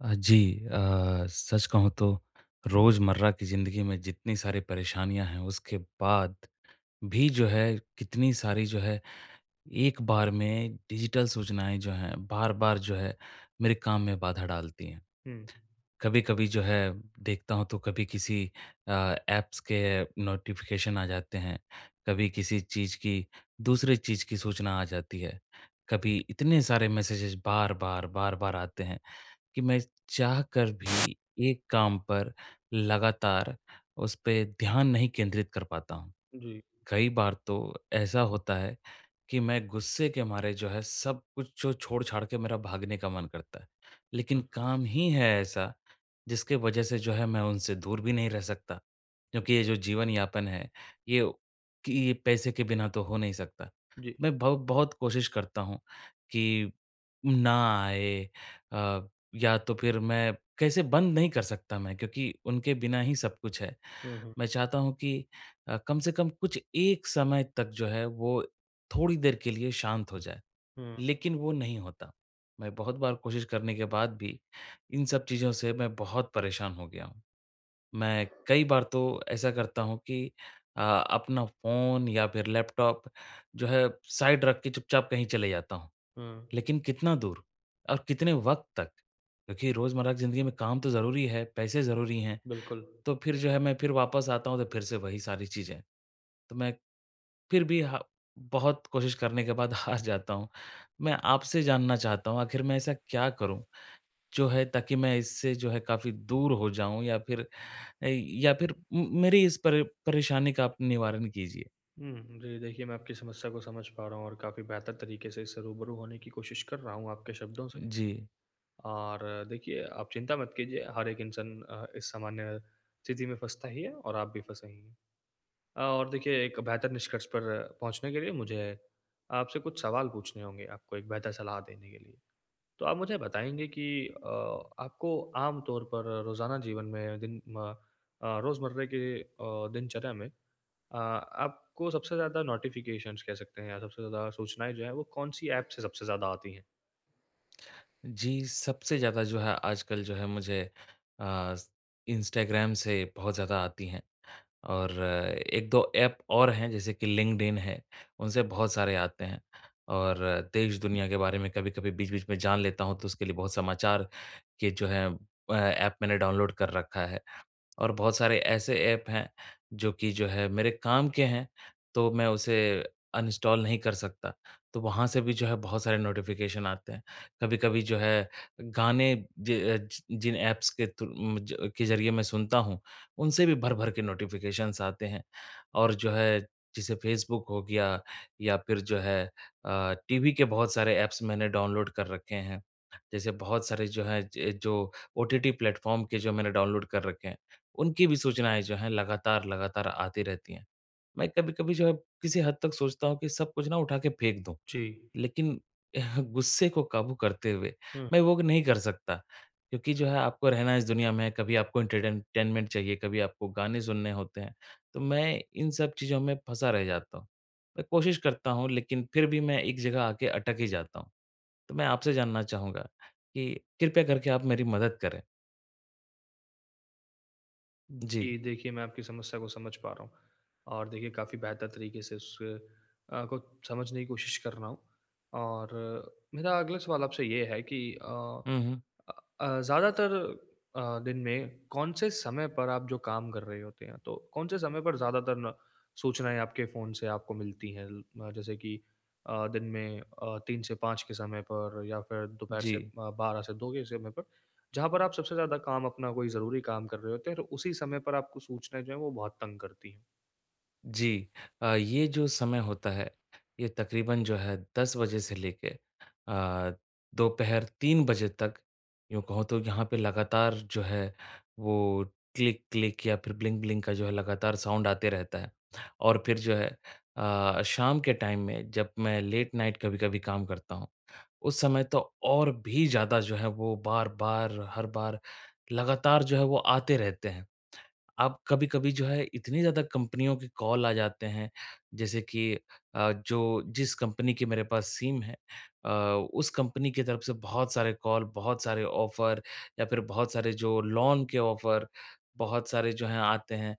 जी सच कहूँ तो रोज़मर्रा की ज़िंदगी में जितनी सारी परेशानियाँ हैं, उसके बाद भी जो है कितनी सारी जो है एक बार में डिजिटल सूचनाएँ जो हैं, बार-बार जो है मेरे काम में बाधा डालती हैं। हुँ, कभी-कभी जो है देखता हूँ तो कभी किसी अ, ऐप्स के नोटिफ़िकेशन आ जाते हैं, कभी किसी चीज़ की दूसरे चीज़ की सूचना आ जाती है, कभी इतने सारे मैसेजेस बार-बार, बार-बार आते हैं। कि मैं चाह कर भी एक काम पर लगातार उस पे ध्यान नहीं केंद्रित कर पाता हूँ। जी। कई बार तो ऐसा होता है कि मैं गुस्से के मारे जो है सब कुछ जो छोड़-छाड़ के मेरा भागने का मन करता है। लेकिन हाँ, हाँ। काम ही है ऐसा जिसके वजह से जो है मैं उनसे दूर भी नहीं रह सकता। क्योंकि ये जो जीवन-यापन है ये कि ये पैसे के बिना तो हो नहीं सकता। जी। मैं बहुत कोशिश करता हूँ कि ना आए अ, या तो फिर मैं कैसे बंद नहीं कर सकता मैं क्योंकि उनके बिना ही सब कुछ है। हुँ, हुँ, मैं चाहता हूँ कि कम से कम कुछ एक समय तक जो है वो थोड़ी देर के लिए शांत हो जाए, हुँ, लेकिन वो नहीं होता। मैं बहुत बार कोशिश करने के बाद भी इन सब चीज़ों से मैं बहुत परेशान हो गया हूँ। मैं कई बार तो ऐसा करता हूँ कि अ, अपना फ़ोन या फिर लैपटॉप जो है साइड रख के चुपचाप कहीं चले जाता हूँ, हुँ, लेकिन कितना दूर और कितने वक़्त तक? क्योंकि रोज़मर्रा की ज़िंदगी में काम तो ज़रूरी है, पैसे ज़रूरी हैं। बिल्कुल। तो फिर जो है मैं फिर वापस आता हूँ तो फिर से वही सारी चीज़ें। तो मैं फिर भी हा बहुत कोशिश करने के बाद हार जाता हूँ। मैं आपसे जानना चाहता हूँ आखिर मैं ऐसा क्या करूँ जो है ताकि मैं इससे जो है काफ़ी दूर हो जाऊँ या फिर या फिर म मेरी इस परेशानी का आप निवारण कीजिए? हुँ, जी, देखिए, मैं आपकी समस्या को समझ पा रहा हूँ और काफ़ी बेहतर तरीके से इससे रूबरू होने की कोशिश कर रहा हूँ आपके शब्दों से। जी। और देखिए, आप चिंता मत कीजिए, हर एक इंसान इस सामान्य स्थिति में फँसता ही है और आप भी फँसे ही हैं। और देखिए, एक बेहतर निष्कर्ष पर पहुँचने के लिए मुझे आपसे कुछ सवाल पूछने होंगे, आपको एक बेहतर सलाह देने के लिए। तो आप मुझे बताएँगे कि आपको आम तौर पर रोज़ाना जीवन में रोज़मर्रा के दिनचर्या में आपको सबसे ज़्यादा नोटिफ़िकेशंस कह सकते हैं या सबसे ज़्यादा सूचनाएँ जो हैं, वो कौन-सी ऐप से सबसे ज़्यादा आती हैं? जी, सबसे ज़्यादा जो है आजकल जो है मुझे अ, इंस्टाग्राम से बहुत ज़्यादा आती हैं। और 1-2 ऐप और हैं जैसे कि लिंक्डइन है, उनसे बहुत सारे आते हैं और देश-दुनिया के बारे में कभी-कभी बीच-बीच में जान लेता हूँ, तो उसके लिए बहुत समाचार के जो हैं ऐप मैंने डाउनलोड कर रखा है। और बहुत सारे ऐसे ऐप हैं जो कि जो है मेरे काम के हैं, तो मैं उसे अनइंस्टॉल नहीं कर सकता। तो वहाँ से भी जो है बहुत सारे नोटिफ़िकेशन आते हैं। कभी-कभी जो है गाने ज ज जिन ऐप्स के थ्रू मुझ के ज़रिए मैं सुनता हूँ, उनसे भी भर-भर के नोटिफ़िकेशंस आते हैं। और जो है जैसे फ़ेसबुक हो गया या फिर जो है टीवी के बहुत सारे ऐप्स मैंने डाउनलोड कर रखे हैं। जैसे बहुत सारे जो हैं ज जो ओटीटी प्लेटफ़ॉर्म के जो मैंने डाउनलोड कर रखे हैं। उनकी भी सूचनाएँ जो हैं लगातार, लगातार आती रहती हैं। मैं कभी-कभी जो है किसी हद तक सोचता हूँ कि सब कुछ ना उठा के फेंक दूँ, जी। लेकिन गुस्से को काबू करते हुए हुँ। मैं वो नहीं कर सकता क्योंकि जो है आपको रहना इस दुनिया में है, कभी आपको एंटरटेनमेंट चाहिए, कभी आपको गाने सुनने होते हैं, तो मैं इन सब चीज़ों में फँसा रह जाता हूँ। मैं कोशिश करता हूँ लेकिन फिर भी मैं एक जगह आके अटक ही जाता हूँ। तो मैं आपसे जानना चाहूँगा कि कृपया करके आप मेरी मदद करें? जी। जी, देखिए मैं आपकी समस्या को समझ पा रहा हूँ और देखिए काफ़ी बेहतर तरीके से उस को समझने की कोशिश कर रहा हूँ और मेरा अगला सवाल आपसे ये है कि हुँ, हुँ। ज़्यादातर दिन में कौन से समय पर आप जो काम कर रहे होते हैं, तो कौन से समय पर ज़्यादातर न सूचनाएँ आपके फ़ोन से आपको मिलती हैं? जैसे कि दिन में 3 से 5 के समय पर या फिर दोपहर जी। से 12 से 2 के समय पर? जहाँ पर आप सबसे ज़्यादा काम अपना कोई ज़रूरी काम कर रहे होते हैं और उसी समय पर आपको सूचनाएँ जो हैं वो बहुत तंग करती हैं। जी। ये जो समय होता है, ये तकरीबन जो है 10 बजे से लेके अ, दोपहर 3 बजे तक यूँ कहूँ तो यहाँ पे लगातार जो है वो क्लिक, क्लिक या फिर ब्लिंक-ब्लिंक का जो है लगातार साउंड आते रहता है। और फिर जो है शाम के टाइम में जब मैं लेट नाइट कभी-कभी काम करता हूँ, उस समय तो और भी ज़्यादा जो है वो बार-बार, हर बार लगातार जो है वो आते रहते हैं। अब कभी-कभी जो है इतनी ज़्यादा कंपनियों के कॉल आ जाते हैं, जैसे कि जो जिस कंपनी की मेरे पास सिम है अ, उस कंपनी की तरफ से बहुत सारे कॉल, बहुत सारे ऑफ़र या फिर बहुत सारे जो लोन के ऑफ़र, बहुत सारे जो हैं आते हैं।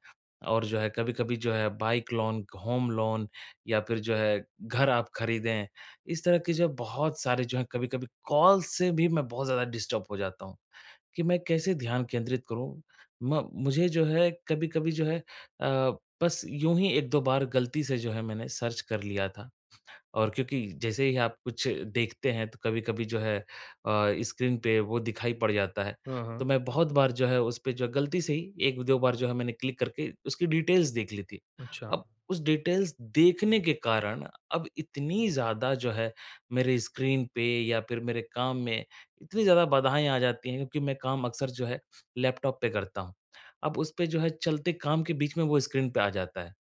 और जो है कभी-कभी जो है बाइक लोन, होम लोन या फिर जो है घर आप खरीदें, इस तरह के जो बहुत सारे जो हैं कभी-कभी कॉल से भी मैं बहुत ज़्यादा डिस्टर्ब हो जाता हूँ। कि मैं कैसे ध्यान केंद्रित करूँ? म मुझे जो है कभी-कभी जो है बस यूँ ही 1-2 बार गलती से जो है मैंने सर्च कर लिया था। और क्योंकि जैसे ही आप कुछ देखते हैं तो कभी-कभी जो है स्क्रीन पे वो दिखाई पड़ जाता है। हाँ, हाँ। तो मैं बहुत बार जो है उस पे जो है गलती से ही 1-2 बार जो है मैंने क्लिक करके उसकी डिटेल्स देख ली थी। अच्छा। अब उस डिटेल्स देखने के कारण अब इतनी ज़्यादा जो है मेरे स्क्रीन पे या फिर मेरे काम में इतनी ज़्यादा बाधाएँ आ जाती हैं क्योंकि मैं काम अक्सर जो है लैपटॉप पे करता हूँ। अब उस पे जो है चलते काम के बीच में वो स्क्रीन पे आ जाता है।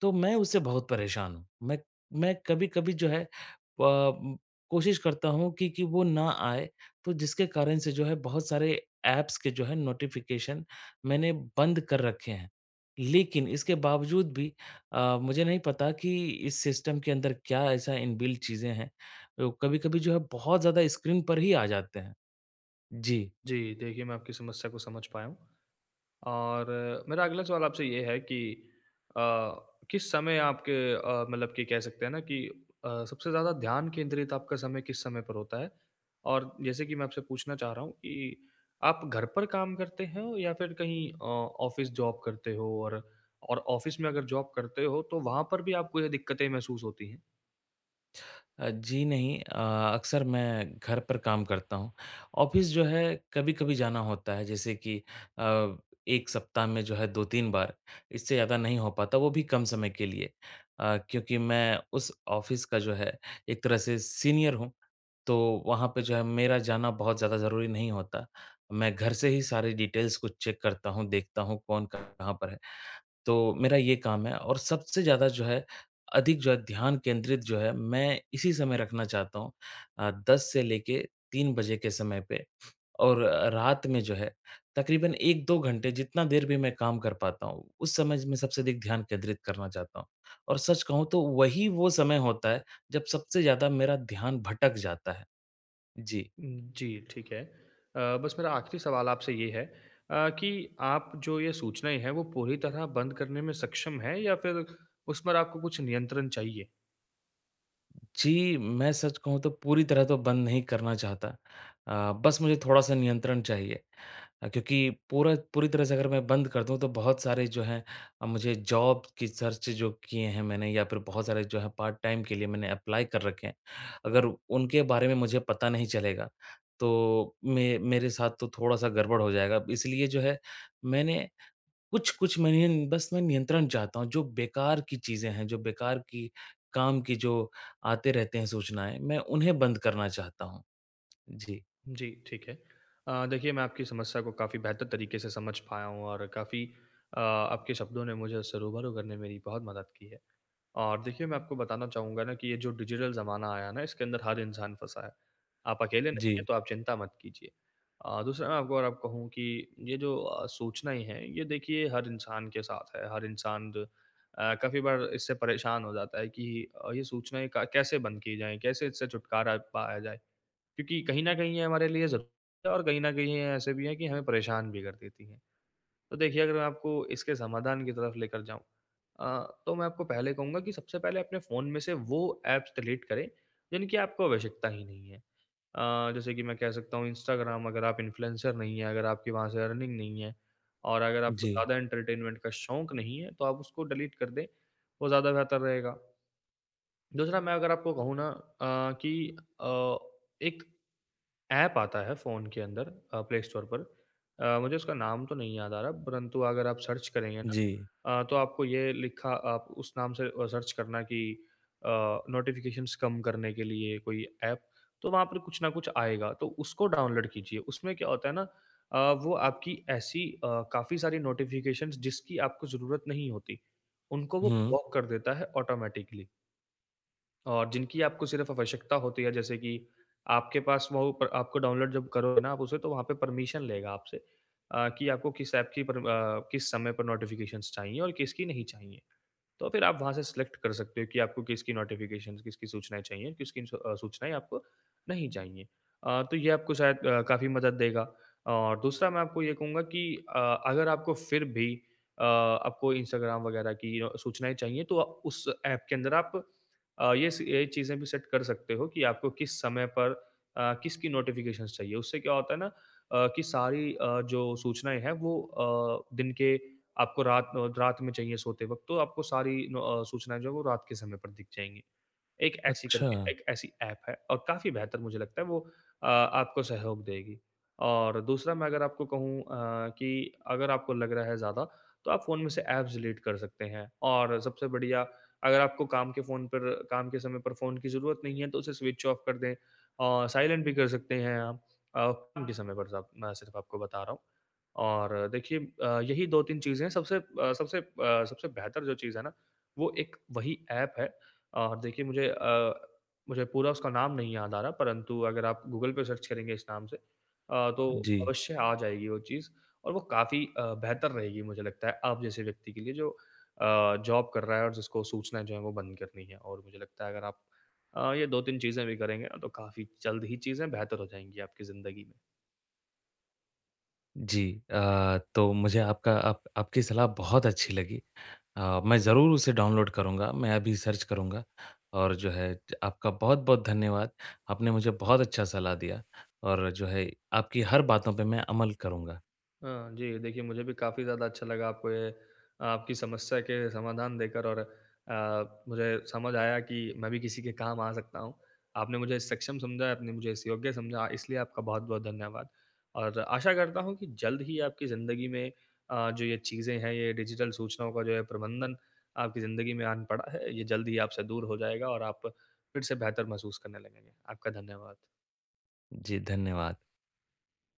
तो मैं उससे बहुत परेशान हूँ। मैं कभी-कभी जो है प उम, कोशिश करता हूँ कि वो ना आए, तो जिसके कारण से जो है बहुत सारे ऐप्स के जो है नोटिफ़िकेशन मैंने बंद कर रखे हैं। लेकिन इसके बावजूद भी मुझे नहीं पता कि इस सिस्टम के अंदर क्या ऐसा इनबिल्ट चीज़ें हैं। तो कभी-कभी जो है बहुत ज़्यादा स्क्रीन पर ही आ जाते हैं। जी। जी, देखिए मैं आपकी समस्या को समझ पाया हूँ। और मेरा अगला सवाल आपसे ये है कि अ, किस समय आपके मतलब कि कह सकते हैं ना कि सबसे ज़्यादा ध्यान केंद्रित आपका समय किस समय पर होता है? और जैसे कि मैं आपसे पूछना चाह रहा हूँ कि आप घर पर काम करते हो या फिर कहीं ऑफ़िस जॉब करते हो? और ऑफ़िस में अगर जॉब करते हो तो वहाँ पर भी आपको ये दिक्कतें महसूस होती हैं? जी नहीं अक्सर मैं घर पर काम करता हूँ। ऑफ़िस जो है कभी-कभी जाना होता है जैसे कि अ, 1 सप्ताह में जो है 2-3 बार, इससे ज़्यादा नहीं हो पाता वो भी कम समय के लिए। क्योंकि मैं उस ऑफ़िस का जो है एक तरह से सीनियर हूँ, तो वहाँ पे जो है मेरा जाना बहुत ज़्यादा ज़रूरी नहीं होता। मैं घर से ही सारी डिटेल्स को चेक करता हूँ, देखता हूँ कौन कहाँ पर है। तो मेरा ये काम है और सबसे ज़्यादा जो है अधिक जो है ध्यान केंद्रित जो है मैं इसी समय रखना चाहता हूँ 10 से लेके 3 बजे के समय पे और रात में जो है तकरीबन 1-2 घंटे जितना देर भी मैं काम कर पाता हूँ, उस समय मैं सबसे अधिक ध्यान केंद्रित करना चाहता हूँ। और सच कहूँ तो वही वो समय होता है जब सबसे ज़्यादा मेरा ध्यान भटक जाता है। जी। जी, ठीक है। अ, बस मेरा आखिरी सवाल आपसे ये है कि आप जो ये सूचनाएँ हैं, वो पूरी तरह बंद करने में सक्षम हैं या फिर उस पर आपको कुछ नियंत्रण चाहिए? जी, मैं सच कहूँ तो पूरी तरह तो बंद नहीं करना चाहता। बस मुझे थोड़ा-सा नियंत्रण चाहिए क्योंकि पूरा पूरी तरह से अगर मैं बंद कर दूँ तो बहुत सारे जो हैं मुझे जॉब की सर्च जो किए हैं मैंने या फिर बहुत सारे जो हैं पार्ट टाइम के लिए मैंने अप्लाई कर रखे हैं। अगर उनके बारे में मुझे पता नहीं चलेगा तो मे मेरे साथ तो थोड़ा-सा गड़बड़ हो जाएगा। इसलिए जो है मैंने कुछ कुछ मैं नियन बस मैं नियंत्रण चाहता हूँ, जो बेकार की चीज़ें हैं, जो बेकार की काम की जो आते रहते हैं सूचनाएँ, मैं उन्हें बंद करना चाहता हूँ। जी, जी, ठीक है। देखिए मैं आपकी समस्या को काफ़ी बेहतर तरीके से समझ पाया हूँ और काफ़ी आपके शब्दों ने मुझे उससे रूबरू करने में मेरी बहुत मदद की है। और देखिए, मैं आपको बताना चाहूँगा ना कि ये जो डिजिटल ज़माना आया है ना, इसके अंदर हर इंसान फँसा है। आप अकेले नहीं हैं, जी, तो आप चिंता मत कीजिए। दूसरा मैं आपको और आप कहूँ कि ये जो सूचनाएँ हैं, ये देखिए हर इंसान के साथ है। हर इंसान काफ़ी बार इससे परेशान हो जाता है कि ये सूचनाएँ का कैसे बंद की जाएँ, कैसे इससे छुटकारा पाया जाए? क्योंकि कहीं न कहीं ये हमारे लिए ज़रूरी है और कहीं न कहीं ये ऐसे भी हैं कि हमें परेशान भी कर देती हैं। तो देखिए अगर मैं आपको इसके समाधान की तरफ लेकर जाऊँ तो मैं आपको पहले कहूँगा कि सबसे पहले अपने फ़ोन में से वो ऐप्स डिलीट करें जिनकी आपको आवश्यकता ही नहीं है। जैसे कि मैं कह सकता हूँ इंस्टाग्राम अगर आप इन्फ्लुएंसर नहीं हैं, अगर आपकी वहाँ से अर्निंग नहीं है और अगर आपको जी, ज़्यादा एंटरटेनमेंट का शौक नहीं है तो आप उसको डिलीट कर दें, वो ज़्यादा बेहतर रहेगा। दूसरा मैं अगर आपको कहूँ ना कि अ, एक ऐप आता है फ़ोन के अंदर प्ले स्टोर पर मुझे उसका नाम तो नहीं याद आ रहा परंतु अगर आप सर्च करेंगे ना जी। तो आपको ये लिखा आप उस नाम से सर्च करना कि अ, नोटिफ़िकेशंस कम करने के लिए कोई ऐप तो वहाँ पर कुछ ना कुछ आएगा तो उसको डाउनलोड कीजिए। उसमें क्या होता है ना वो आपकी ऐसी काफ़ी सारी नोटिफ़िकेशंस जिसकी आपको ज़रूरत नहीं होती, उनको वो हुँ, ब्लॉक कर देता है ऑटोमैटिकली। और जिनकी आपको सिर्फ़ आवश्यकता होती है, जैसे कि आपके पास वो प आपको डाउनलोड जब करोगे ना आप उसे, तो वहाँ पे परमिशन लेगा आपसे कि आपको किस ऐप की पर किस समय पर नोटिफ़िकेशंस चाहिए और किसकी नहीं चाहिए। तो फिर आप वहाँ से सिलेक्ट कर सकते हो कि आपको किसकी नोटिफ़िकेशंस, किसकी सूचनाएँ चाहिए, किसकी सूचनाएँ आपको नहीं चाहिए। तो ये आपको शायद काफ़ी मदद देगा और दूसरा मैं आपको ये कहूँगा कि अगर आपको फिर भी आपको इंस्टाग्राम वगैरह की सूचनाएँ चाहिए तो आप उस ऐप के अंदर आप ये चीज़ें भी सेट कर सकते हो कि आपको किस समय पर किसकी नोटिफ़िकेशंस चाहिए। उससे क्या होता है ना कि सारी जो सूचनाएँ हैं वो दिन के आपको रात रात में चाहिए सोते वक़्त, तो आपको सारी सूचनाएँ जो है वो रात के समय पर दिख जाएँगी। एक ऐसी अच्छा। करके एक ऐसी ऐप है और काफ़ी बेहतर मुझे लगता है वो आपको सहयोग देगी। और दूसरा मैं अगर आपको कहूँ कि अगर आपको लग रहा है ज़्यादा तो आप फ़ोन में से ऐप्स डिलीट कर सकते हैं और सबसे बढ़िया अगर आपको काम के फ़ोन पर काम के समय पर फ़ोन की ज़रूरत नहीं है तो उसे स्विच ऑफ कर दें और साइलेंट भी कर सकते हैं आप काम के समय पर साब मैं सिर्फ़ आपको बता रहा हूँ। और देखिए यही 2-3 चीज़ें हैं सबसे अ, सबसे अ, सबसे बेहतर जो चीज़ है ना वो एक वही ऐप है और देखिए मुझे पूरा उसका नाम नहीं याद आ रहा परंतु अगर आप गूगल पे सर्च करेंगे इस नाम से तो जी, अवश्य आ जाएगी वो चीज़ और वो काफ़ी बेहतर रहेगी मुझे लगता है आप जैसे व्यक्ति के लिए जो जॉब कर रहा है और जिसको सूचना जो है वो बंद करनी है और मुझे लगता है अगर आप ये 2-3 चीज़ें भी करेंगे ना तो काफ़ी जल्द ही चीज़ें बेहतर हो जाएँगी आपकी ज़िंदगी में। जी। तो मुझे आपका आप आपकी सलाह बहुत अच्छी लगी। मैं ज़रूर उसे डाउनलोड करूँगा, मैं अभी सर्च करूँगा और जो है ज आपका बहुत-बहुत धन्यवाद। आपने मुझे बहुत अच्छा सलाह दिया और जो है आपकी हर बातों पे मैं अमल करूँगा। हाँ, जी, देखिए मुझे भी काफ़ी ज़्यादा अच्छा लगा आपको ये आपकी समस्या के समाधान देकर और मुझे समझ आया कि मैं भी किसी के काम आ सकता हूँ। आपने मुझे सक्षम समझा, आपने मुझे इस योग्य समझा, इसलिए आपका बहुत-बहुत धन्यवाद। और आशा करता हूँ कि जल्द ही आपकी ज़िंदगी में जो ये चीज़ें हैं, ये डिजिटल सूचनाओं का जो है प्रबंधन आपकी ज़िंदगी में आन पड़ा है, ये जल्द ही आपसे दूर हो जाएगा और आप फिर से बेहतर महसूस करने लगेंगे। आपका धन्यवाद। जी, धन्यवाद।